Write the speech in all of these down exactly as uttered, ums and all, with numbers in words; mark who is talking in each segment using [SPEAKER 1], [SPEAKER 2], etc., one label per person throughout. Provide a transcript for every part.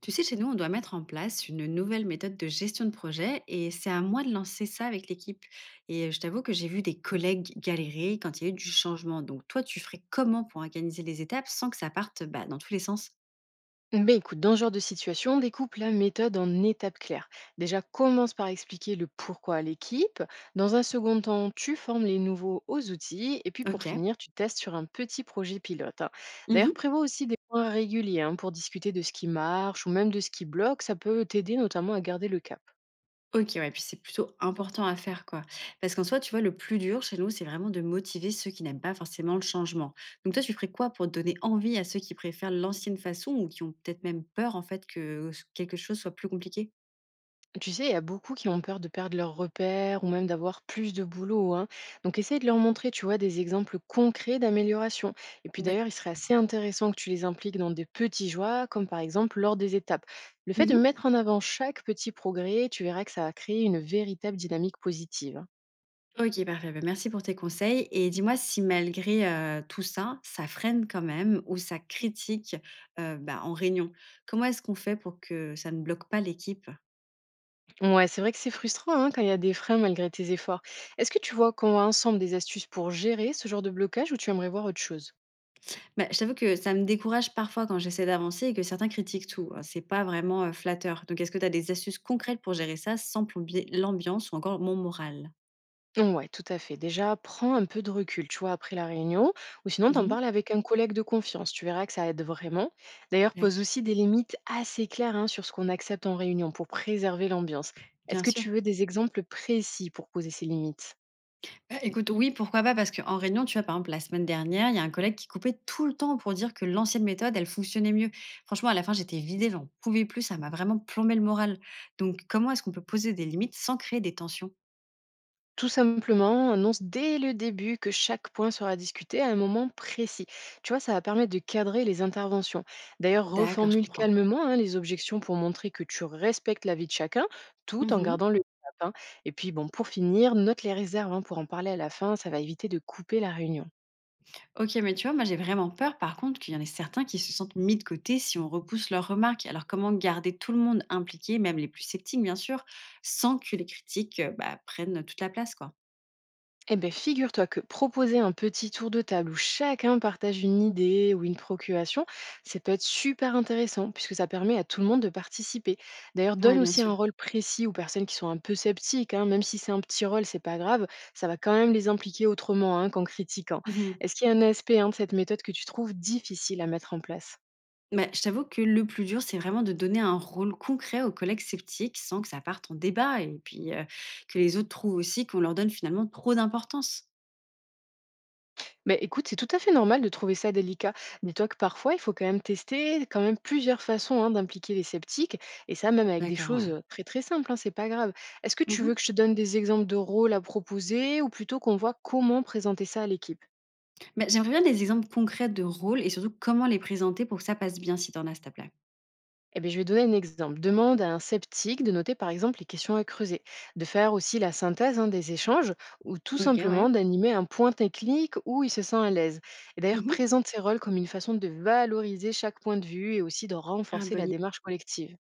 [SPEAKER 1] Tu sais, chez nous, on doit mettre en place une nouvelle méthode de gestion de projet et c'est à moi de lancer ça avec l'équipe. Et je t'avoue que j'ai vu des collègues galérer quand il y a eu du changement. Donc, toi, tu ferais comment pour organiser les étapes sans que ça parte bah, dans tous les sens?
[SPEAKER 2] Ben écoute, dans ce genre de situation, découpe la méthode en étapes claires. Déjà, commence par expliquer le pourquoi à l'équipe. Dans un second temps, tu formes les nouveaux aux outils. Et puis pour
[SPEAKER 1] Ok.
[SPEAKER 2] finir, tu testes sur un petit projet pilote, hein. D'ailleurs,
[SPEAKER 1] Mhm.
[SPEAKER 2] prévois aussi des points réguliers, hein, pour discuter de ce qui marche ou même de ce qui bloque. Ça peut t'aider notamment à garder le cap.
[SPEAKER 1] Ok, ouais, puis c'est plutôt important à faire, quoi. Parce qu'en soi, tu vois, le plus dur chez nous, c'est vraiment de motiver ceux qui n'aiment pas forcément le changement. Donc, toi, tu ferais quoi pour donner envie à ceux qui préfèrent l'ancienne façon ou qui ont peut-être même peur, en fait, que quelque chose soit plus compliqué?
[SPEAKER 2] Tu sais, il y a beaucoup qui ont peur de perdre leurs repères ou même d'avoir plus de boulot, hein. Donc, essaye de leur montrer, tu vois, des exemples concrets d'amélioration. Et puis
[SPEAKER 1] Ben,
[SPEAKER 2] d'ailleurs, il serait assez intéressant que tu les impliques dans des petits joies, comme par exemple lors des étapes. Le fait de
[SPEAKER 1] mhm.
[SPEAKER 2] mettre en avant chaque petit progrès, tu verras que ça va créer une véritable dynamique positive, hein.
[SPEAKER 1] OK, parfait. Bah, merci pour tes conseils et dis-moi si malgré, heu, tout ça, ça freine quand même ou ça critique, heu, bah, en réunion. Comment est-ce qu'on fait pour que ça ne bloque pas l'équipe?
[SPEAKER 2] Ouais, c'est vrai que c'est frustrant, hein, quand il y a des freins malgré tes efforts. Est-ce que tu vois qu'on a ensemble des astuces pour gérer ce genre de blocage ou tu aimerais voir autre chose?
[SPEAKER 1] Bah, je t'avoue que ça me décourage parfois quand j'essaie d'avancer et que certains critiquent tout, hein. C'est pas vraiment, heu, flatteur. Donc est-ce que tu as des astuces concrètes pour gérer ça sans plomber l'ambiance ou encore mon moral?
[SPEAKER 2] Ouais, tout à fait. Déjà, prends un peu de recul, tu vois, après la réunion, ou sinon t'en
[SPEAKER 1] Mmh.
[SPEAKER 2] parles avec un collègue de confiance. Tu verras que ça aide vraiment. D'ailleurs, pose
[SPEAKER 1] Tac.
[SPEAKER 2] aussi des limites assez claires, hein, sur ce qu'on accepte en réunion pour préserver l'ambiance. Est-ce
[SPEAKER 1] Bien
[SPEAKER 2] que
[SPEAKER 1] sûr.
[SPEAKER 2] tu veux des exemples précis pour poser ces limites?
[SPEAKER 1] Bah, écoute, oui, pourquoi pas? Parce qu'en réunion, tu vois, par exemple, la semaine dernière, il y a un collègue qui coupait tout le temps pour dire que l'ancienne méthode, elle fonctionnait mieux. Franchement, à la fin, j'étais vidée, j'en pouvais plus, ça m'a vraiment plombé le moral. Donc, comment est-ce qu'on peut poser des limites sans créer des tensions?
[SPEAKER 2] Tout simplement, annonce dès le début que chaque point sera discuté à un moment précis. Tu vois, ça va permettre de cadrer les interventions. D'ailleurs,
[SPEAKER 1] D'accord, je
[SPEAKER 2] reformule
[SPEAKER 1] comprends.
[SPEAKER 2] calmement, hein, les objections pour montrer que tu respectes la vie de chacun, tout en
[SPEAKER 1] Mhm.
[SPEAKER 2] gardant le cap, hein. Et puis, bon, pour finir, note les réserves, hein, pour en parler à la fin. Ça va éviter de couper la réunion.
[SPEAKER 1] Ok, mais tu vois, moi, j'ai vraiment peur, par contre, qu'il y en ait certains qui se sentent mis de côté si on repousse leurs remarques. Alors, comment garder tout le monde impliqué, même les plus sceptiques, bien sûr, sans que les critiques, euh, bah, prennent toute la place, quoi?
[SPEAKER 2] Eh beh, figure-toi que proposer un petit tour de table où chacun partage une idée ou une procuration, ça peut être super intéressant puisque ça permet à tout le monde de participer. D'ailleurs,
[SPEAKER 1] Ouais,
[SPEAKER 2] donne
[SPEAKER 1] bien
[SPEAKER 2] aussi un
[SPEAKER 1] sûr.
[SPEAKER 2] rôle précis aux personnes qui sont un peu sceptiques, hein, même si c'est un petit rôle, c'est pas grave, ça va quand même les impliquer autrement, hein, qu'en critiquant. Est-ce qu'il y a un aspect, hein, de cette méthode que tu trouves difficile à mettre en place?
[SPEAKER 1] Bah, je t'avoue que le plus dur, c'est vraiment de donner un rôle concret aux collègues sceptiques sans que ça parte en débat et puis euh, que les autres trouvent aussi qu'on leur donne finalement trop d'importance.
[SPEAKER 2] Mais écoute, c'est tout à fait normal de trouver ça délicat. Dis-toi que parfois, il faut quand même tester quand même plusieurs façons, hein, d'impliquer les sceptiques, et ça même avec des
[SPEAKER 1] D'accord, ouais.
[SPEAKER 2] choses euh, très très simples, hein, c'est pas grave. Est-ce que tu veux
[SPEAKER 1] Mhm.
[SPEAKER 2] que je te donne des exemples de rôles à proposer, ou plutôt qu'on voit comment présenter ça à l'équipe?
[SPEAKER 1] Bah, j'aimerais bien des exemples concrets de rôles et surtout comment les présenter pour que ça passe bien si t'en as, s'il te plaît.
[SPEAKER 2] Eh bien, je vais donner un exemple. Demande à un sceptique de noter par exemple les questions à creuser, de faire aussi la synthèse, hein, des échanges ou tout
[SPEAKER 1] Ok, ouais.
[SPEAKER 2] simplement d'animer un point technique où il se sent à l'aise. Et d'ailleurs,
[SPEAKER 1] Mhm.
[SPEAKER 2] présente ses rôles comme une façon de valoriser chaque point de vue et aussi de
[SPEAKER 1] Ah,
[SPEAKER 2] renforcer la
[SPEAKER 1] bonne idée.
[SPEAKER 2] démarche collective.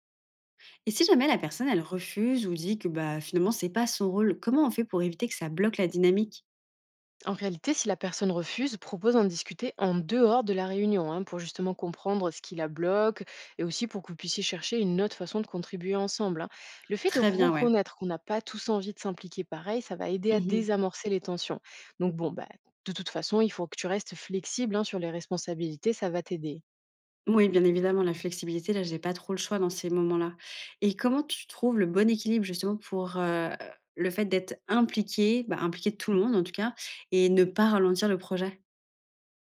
[SPEAKER 1] Et si jamais la personne, elle refuse ou dit que bah, finalement, c'est pas son rôle, comment on fait pour éviter que ça bloque la dynamique?
[SPEAKER 2] En réalité, si la personne refuse, propose d'en discuter en dehors de la réunion, hein, pour justement comprendre ce qui la bloque et aussi pour que vous puissiez chercher une autre façon de contribuer ensemble, hein. Le fait de
[SPEAKER 1] Très bien, ouais.
[SPEAKER 2] reconnaître qu'on n'a pas tous envie de s'impliquer pareil, ça va aider à
[SPEAKER 1] Mhm.
[SPEAKER 2] désamorcer les tensions. Donc bon, bah, de toute façon, il faut que tu restes flexible, hein, sur les responsabilités, ça va t'aider.
[SPEAKER 1] Oui, bien évidemment, la flexibilité, là, j'ai pas trop le choix dans ces moments-là. Et comment tu trouves le bon équilibre justement pour, heu, le fait d'être impliqué, bah, impliqué tout le monde en tout cas et ne pas ralentir le projet?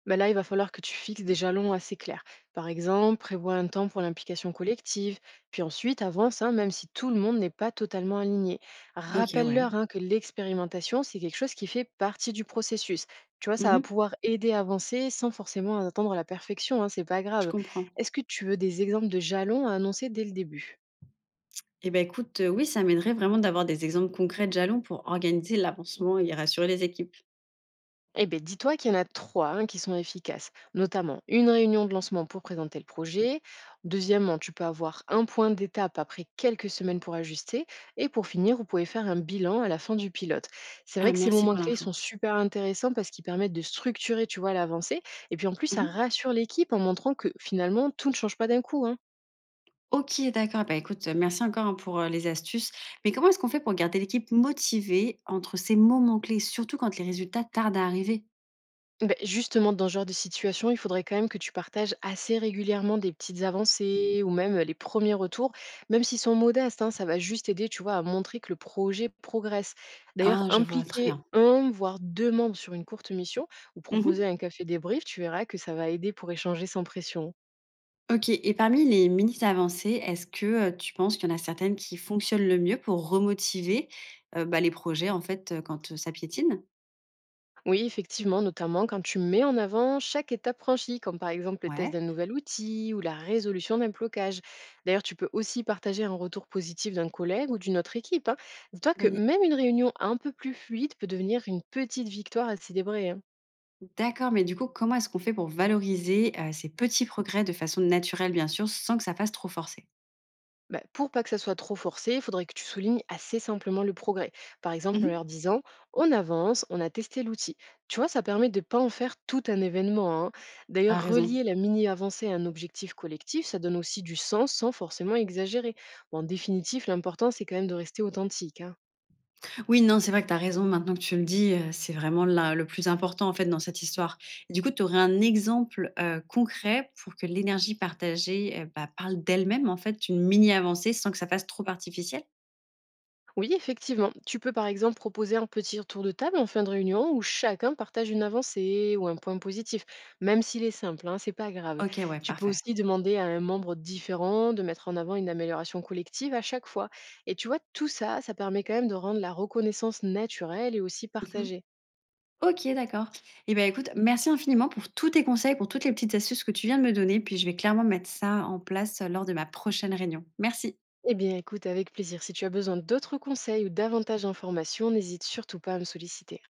[SPEAKER 2] Bah là, il va falloir que tu fixes des jalons assez clairs. Par exemple, prévois un temps pour l'implication collective, puis ensuite avance, hein, même si tout le monde n'est pas totalement aligné.
[SPEAKER 1] OK, ouais.
[SPEAKER 2] Rappelle-leur, hein, que l'expérimentation, c'est quelque chose qui fait partie du processus. Tu vois, ça va
[SPEAKER 1] Mmh.
[SPEAKER 2] pouvoir aider à avancer sans forcément attendre la perfection, hein, c'est pas
[SPEAKER 1] Je
[SPEAKER 2] grave.
[SPEAKER 1] comprends.
[SPEAKER 2] Est-ce que tu veux des exemples de jalons à annoncer dès le début?
[SPEAKER 1] Et ben écoute, heu, oui, ça m'aiderait vraiment d'avoir des exemples concrets de jalons pour organiser l'avancement et rassurer les équipes.
[SPEAKER 2] Eh bien, dis-toi qu'il y en a trois, hein, qui sont efficaces, notamment une réunion de lancement pour présenter le projet. Deuxièmement, tu peux avoir un point d'étape après quelques semaines pour ajuster. Et pour finir, vous pouvez faire un bilan à la fin du pilote. C'est
[SPEAKER 1] Ah,
[SPEAKER 2] vrai que ces
[SPEAKER 1] merci
[SPEAKER 2] moments
[SPEAKER 1] pour
[SPEAKER 2] clés
[SPEAKER 1] l'info.
[SPEAKER 2] sont super intéressants parce qu'ils permettent de structurer, tu vois, l'avancée. Et puis en plus, ça
[SPEAKER 1] Mmh.
[SPEAKER 2] rassure l'équipe en montrant que finalement, tout ne change pas d'un coup, hein.
[SPEAKER 1] OK, d'accord. Bah, écoute, heu, merci encore, hein, pour, heu, les astuces. Mais comment est-ce qu'on fait pour garder l'équipe motivée entre ces moments clés, surtout quand les résultats tardent à arriver?
[SPEAKER 2] Beh, justement, dans ce genre de situation, il faudrait quand même que tu partages assez régulièrement des petites avancées ou même les premiers retours, même s'ils sont modestes, hein, ça va juste aider, tu vois, à montrer que le projet progresse. D'ailleurs,
[SPEAKER 1] Ah, je vois, très
[SPEAKER 2] impliquer
[SPEAKER 1] bien.
[SPEAKER 2] un, voire deux membres sur une courte mission ou
[SPEAKER 1] Mmh.
[SPEAKER 2] proposer un café débrief, tu verras que ça va aider pour échanger sans pression, hein.
[SPEAKER 1] OK, et parmi les minutes avancées, est-ce que, heu, tu penses qu'il y en a certaines qui fonctionnent le mieux pour remotiver, heu, bah, les projets, en fait, heu, quand, heu, ça piétine?
[SPEAKER 2] Oui, effectivement, notamment quand tu mets en avant chaque étape franchie, comme par exemple le test
[SPEAKER 1] Ouais,
[SPEAKER 2] d'un nouvel outil ou la résolution d'un blocage. D'ailleurs, tu peux aussi partager un retour positif d'un collègue ou d'une autre équipe, hein. Dis-toi que
[SPEAKER 1] bonne i
[SPEAKER 2] même une réunion un peu plus fluide peut devenir une petite victoire à célébrer, hein.
[SPEAKER 1] d'accord, mais du coup, comment est-ce qu'on fait pour valoriser, heu, ces petits progrès de façon naturelle, bien sûr, sans que ça fasse trop forcé?
[SPEAKER 2] Bah, pour pas que ça soit trop forcé, il faudrait que tu soulignes assez simplement le progrès. Par
[SPEAKER 1] Mmh
[SPEAKER 2] exemple, en
[SPEAKER 1] mh.
[SPEAKER 2] leur disant on avance, on a testé l'outil. Tu vois, ça permet de ne pas en faire tout un événement, hein. D'ailleurs,
[SPEAKER 1] Raison.
[SPEAKER 2] relier la mini-avancée à un objectif collectif, ça donne aussi du sens sans forcément exagérer. Bon, en définitive, l'important, c'est quand même de rester authentique, hein.
[SPEAKER 1] Oui, non, c'est vrai que tu as raison. Maintenant que tu le dis, heu, c'est vraiment la le plus important, en fait, dans cette histoire. Et du coup, tu aurais un exemple, heu, concret pour que l'énergie partagée, heu, bah, parle d'elle-même, en fait, d'une mini avancée sans que ça fasse trop artificiel?
[SPEAKER 2] Oui, effectivement. Tu peux par exemple proposer un petit tour de table en fin de réunion où chacun partage une avancée ou un point positif, même s'il est simple, hein, c'est pas grave.
[SPEAKER 1] OK, ouais,
[SPEAKER 2] Tu peux
[SPEAKER 1] parfait.
[SPEAKER 2] aussi demander à un membre différent de mettre en avant une amélioration collective à chaque fois. Et tu vois, tout ça, ça permet quand même de rendre la reconnaissance naturelle et aussi
[SPEAKER 1] Mmh.
[SPEAKER 2] partagée.
[SPEAKER 1] OK, d'accord. Et bah, écoute, merci infiniment pour tous tes conseils, pour toutes les petites astuces que tu viens de me donner. Puis je vais clairement mettre ça en place, heu, lors de ma prochaine réunion. Merci.
[SPEAKER 2] Eh bien, écoute, avec plaisir. Si tu as besoin d'autres conseils ou davantage d'informations, n'hésite surtout pas à me solliciter.